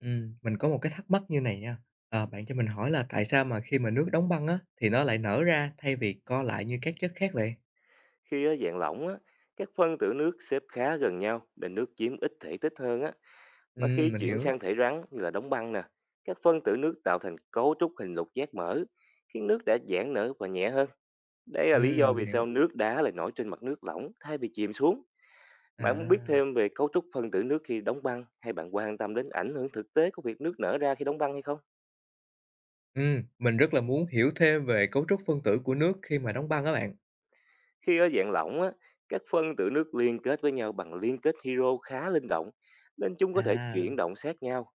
Mình có một cái thắc mắc như này nha. Bạn cho mình hỏi là tại sao mà khi mà nước đóng băng á thì nó lại nở ra thay vì co lại như các chất khác vậy? Khi ở dạng lỏng á, các phân tử nước xếp khá gần nhau nên nước chiếm ít thể tích hơn á. Mà khi Mình chuyển hiểu. sang thể rắn như là đóng băng nè, các phân tử nước tạo thành cấu trúc hình lục giác mở, khiến nước đã giãn nở và nhẹ hơn. Đây là lý do Mình vì hiểu. sao nước đá lại nổi trên mặt nước lỏng thay vì chìm xuống. Bạn muốn biết À. thêm về cấu trúc phân tử nước khi đóng băng hay bạn quan tâm đến ảnh hưởng thực tế của việc nước nở ra khi đóng băng hay không? Mình rất là muốn hiểu thêm về cấu trúc phân tử của nước khi mà đóng băng các bạn. Khi ở dạng lỏng á, các phân tử nước liên kết với nhau bằng liên kết hydro khá linh động nên chúng có thể À, chuyển động sát nhau.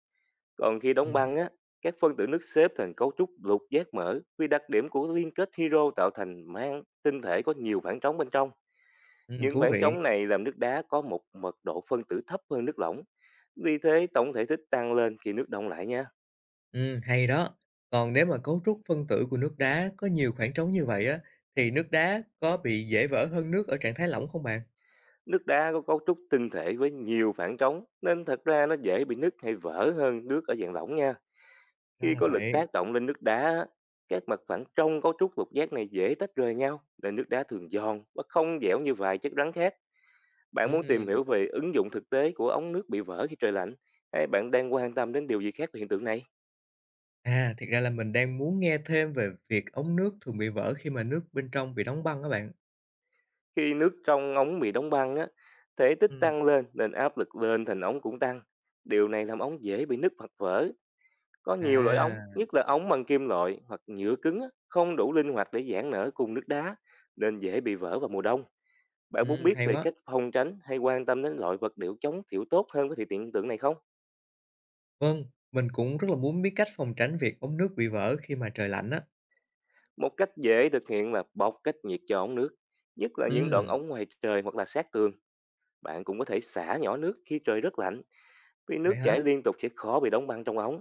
Còn khi đóng băng hưm, á, các phân tử nước xếp thành cấu trúc lục giác mở vì đặc điểm của liên kết hydro tạo thành mang tinh thể có nhiều khoảng trống bên trong. Những thú khoảng vị. trống này làm nước đá có một mật độ phân tử thấp hơn nước lỏng. Vì thế tổng thể tích tăng lên khi nước đông lại nha. Hay đó. Còn nếu mà cấu trúc phân tử của nước đá có nhiều khoảng trống như vậy á thì nước đá có bị dễ vỡ hơn nước ở trạng thái lỏng không bạn? Nước đá có cấu trúc tinh thể với nhiều khoảng trống nên thật ra nó dễ bị nứt hay vỡ hơn nước ở dạng lỏng nha. Ra Khi là có lực vậy. tác động lên nước đá, á, các mặt phẳng trong cấu trúc lục giác này dễ tách rời nhau nên nước đá thường giòn và không dẻo như vài chất rắn khác. Bạn muốn tìm Ừm. hiểu về ứng dụng thực tế của ống nước bị vỡ khi trời lạnh hay bạn đang quan tâm đến điều gì khác về hiện tượng này? À, thiệt ra là mình đang muốn nghe thêm về việc ống nước thường bị vỡ khi mà nước bên trong bị đóng băng các bạn. Khi nước trong ống bị đóng băng á, thể tích Ừm. tăng lên nên áp lực lên thành ống cũng tăng. Điều này làm ống dễ bị nứt hoặc vỡ. Có nhiều loại ống, À, nhất là ống bằng kim loại hoặc nhựa cứng á, không đủ linh hoạt để giãn nở cùng nước đá nên dễ bị vỡ vào mùa đông. Bạn muốn biết hay về quá. cách phòng tránh hay quan tâm đến loại vật liệu chống thiểu tốt hơn với thị hiện tượng này không? Vâng, mình cũng rất là muốn biết cách phòng tránh việc ống nước bị vỡ khi mà trời lạnh á. Một cách dễ thực hiện là bọc cách nhiệt cho ống nước, nhất là những đoạn Ừm, ống ngoài trời hoặc là sát tường. Bạn cũng có thể xả nhỏ nước khi trời rất lạnh, vì nước vậy hả? chảy liên tục sẽ khó bị đóng băng trong ống.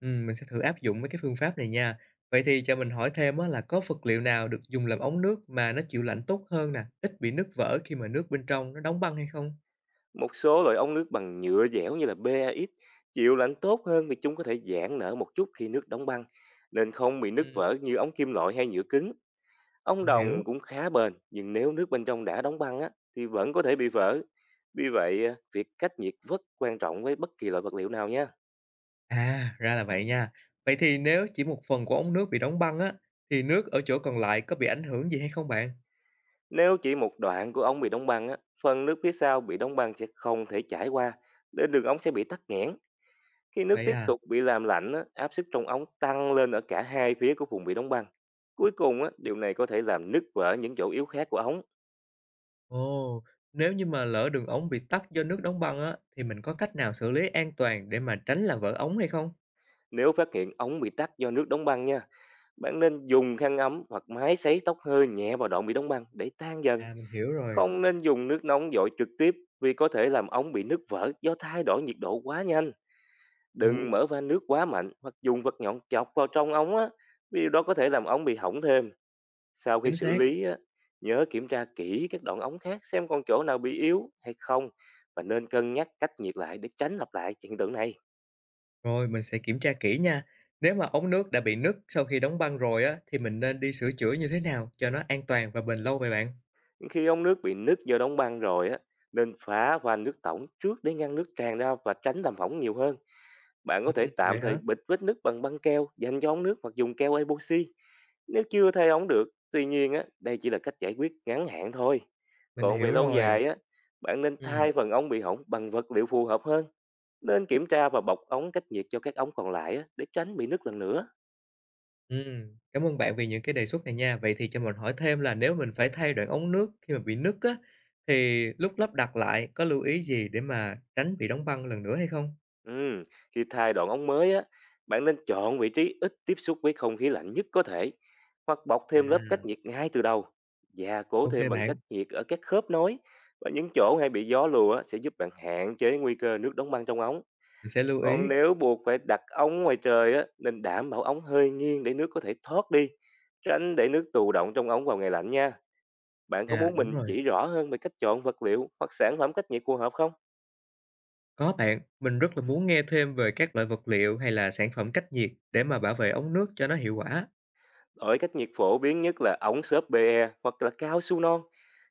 Mình sẽ thử áp dụng mấy cái phương pháp này nha. Vậy thì cho mình hỏi thêm á là có vật liệu nào được dùng làm ống nước mà nó chịu lạnh tốt hơn nè, ít bị nứt vỡ khi mà nước bên trong nó đóng băng hay không? Một số loại ống nước bằng nhựa dẻo như là PAX chịu lạnh tốt hơn vì chúng có thể giãn nở một chút khi nước đóng băng, nên không bị nứt Ừm, vỡ như ống kim loại hay nhựa cứng. Ống mình hiểu. đồng cũng khá bền, nhưng nếu nước bên trong đã đóng băng á, thì vẫn có thể bị vỡ. Vì vậy, việc cách nhiệt rất quan trọng với bất kỳ loại vật liệu nào nhé. À, ra là vậy nha. Vậy thì nếu chỉ một phần của ống nước bị đóng băng á, thì nước ở chỗ còn lại có bị ảnh hưởng gì hay không bạn? Nếu chỉ một đoạn của ống bị đóng băng, á, phần nước phía sau bị đóng băng sẽ không thể chảy qua, nên đường ống sẽ bị tắc nghẽn. Khi nước Vậy tiếp à? tục bị làm lạnh, á, áp suất trong ống tăng lên ở cả hai phía của vùng bị đóng băng. Cuối cùng, á, điều này có thể làm nứt vỡ những chỗ yếu khác của ống. Ồ, nếu như mà lỡ đường ống bị tắc do nước đóng băng á, thì mình có cách nào xử lý an toàn để mà tránh làm vỡ ống hay không? Nếu phát hiện ống bị tắc do nước đóng băng nha, bạn nên dùng khăn ấm hoặc máy sấy tóc hơi nhẹ vào đoạn bị đóng băng để tan dần. À, mình hiểu rồi. Không nên dùng nước nóng dội trực tiếp vì có thể làm ống bị nứt vỡ do thay đổi nhiệt độ quá nhanh. Ừ, Đừng mở van nước quá mạnh hoặc dùng vật nhọn chọc vào trong ống á, vì điều đó có thể làm ống bị hỏng thêm. Sau khi chính xử xác. lý á, nhớ kiểm tra kỹ các đoạn ống khác xem còn chỗ nào bị yếu hay không và nên cân nhắc cách nhiệt lại để tránh lặp lại hiện tượng này. Mình sẽ kiểm tra kỹ nha. Nếu mà ống nước đã bị nứt sau khi đóng băng rồi á, thì mình nên đi sửa chữa như thế nào cho nó an toàn và bền lâu vậy bạn? Khi ống nước bị nứt do đóng băng rồi á, nên phá van nước tổng trước để ngăn nước tràn ra và tránh làm hỏng nhiều hơn. Bạn có Ừ, thể tạm vậy thời hả? bịt vết nứt bằng băng keo dành cho ống nước hoặc dùng keo epoxy. Nếu chưa thay ống được, tuy nhiên á, đây chỉ là cách giải quyết ngắn hạn thôi. Mình Còn về hiểu lâu rồi. dài á, bạn nên Ừ. thay phần ống bị hỏng bằng vật liệu phù hợp hơn. Nên kiểm tra và bọc ống cách nhiệt cho các ống còn lại á, để tránh bị nứt lần nữa. Cảm ơn bạn vì những cái đề xuất này nha. Vậy thì cho mình hỏi thêm là nếu mình phải thay đoạn ống nước khi mà bị nứt á, thì lúc lắp đặt lại có lưu ý gì để mà tránh bị đóng băng lần nữa hay không? Ừm, Khi thay đoạn ống mới á, bạn nên chọn vị trí ít tiếp xúc với không khí lạnh nhất có thể hoặc bọc thêm lớp À, cách nhiệt ngay từ đầu. Gia cố ok thêm bằng bạn, cách nhiệt ở các khớp nối và những chỗ hay bị gió lùa á, sẽ giúp bạn hạn chế nguy cơ nước đóng băng trong ống. mình sẽ lưu ý. Còn nếu buộc phải đặt ống ngoài trời á, nên đảm bảo ống hơi nghiêng để nước có thể thoát đi, tránh để nước tù đọng trong ống vào ngày lạnh nha. Bạn có À, muốn đúng mình rồi, chỉ rõ hơn về cách chọn vật liệu hoặc sản phẩm cách nhiệt phù hợp không? có bạn, mình rất là muốn nghe thêm về các loại vật liệu hay là sản phẩm cách nhiệt để mà bảo vệ ống nước cho nó hiệu quả. Loại cách nhiệt phổ biến nhất là ống xốp PE hoặc là cao su non.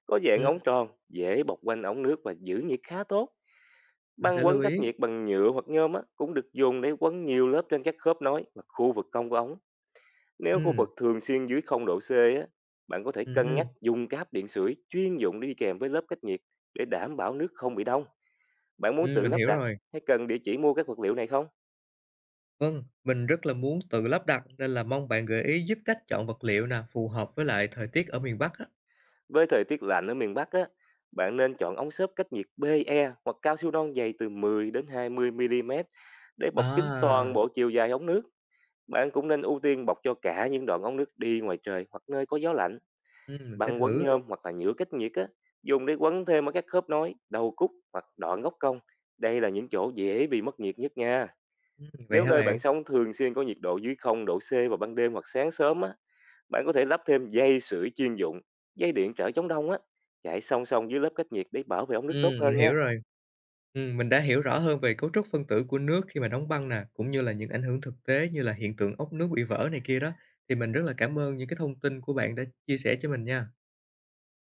Có dạng Ừm, ống tròn, dễ bọc quanh ống nước và giữ nhiệt khá tốt. mình sẽ Băng quấn lưu cách ý. nhiệt bằng nhựa hoặc nhôm á, cũng được dùng để quấn nhiều lớp trên các khớp nối và khu vực cong của ống. Nếu khu Ừm, vực thường xuyên dưới không độ C á, bạn có thể ừm cân nhắc hưm, dùng cái hấp điện sưởi chuyên dụng đi kèm với lớp cách nhiệt để đảm bảo nước không bị đông. Bạn muốn tự mình lắp hiểu đặt rồi. hay cần địa chỉ mua các vật liệu này không? Vâng, mình rất là muốn tự lắp đặt nên là mong bạn gợi ý giúp cách chọn vật liệu nè, phù hợp với lại thời tiết ở miền Bắc á. Với thời tiết lạnh ở miền Bắc á, bạn nên chọn ống xốp cách nhiệt PE hoặc cao su non dày từ 10 đến 20 mm để bọc kín À, toàn bộ chiều dài ống nước. Bạn cũng nên ưu tiên bọc cho cả những đoạn ống nước đi ngoài trời hoặc nơi có gió lạnh. Mình sẽ Bằng quấn thử. nhôm hoặc là nhựa cách nhiệt á, dùng để quấn thêm ở các khớp nối, đầu cúc hoặc đoạn gốc cong. Đây là những chỗ dễ bị mất nhiệt nhất nha. Vậy Nếu hả nơi bạn? bạn sống thường xuyên có nhiệt độ dưới không độ C vào ban đêm hoặc sáng sớm á, bạn có thể lắp thêm dây sưởi chuyên dụng, dây điện trở chống đông á, chạy song song dưới lớp cách nhiệt để bảo vệ ống nước tốt Ừm, hơn mình nha. hiểu rồi. Mình đã hiểu rõ hơn về cấu trúc phân tử của nước khi mà đóng băng nè, cũng như là những ảnh hưởng thực tế như là hiện tượng ốc nước bị vỡ này kia đó. Thì mình rất là cảm ơn những cái thông tin của bạn đã chia sẻ cho mình nha.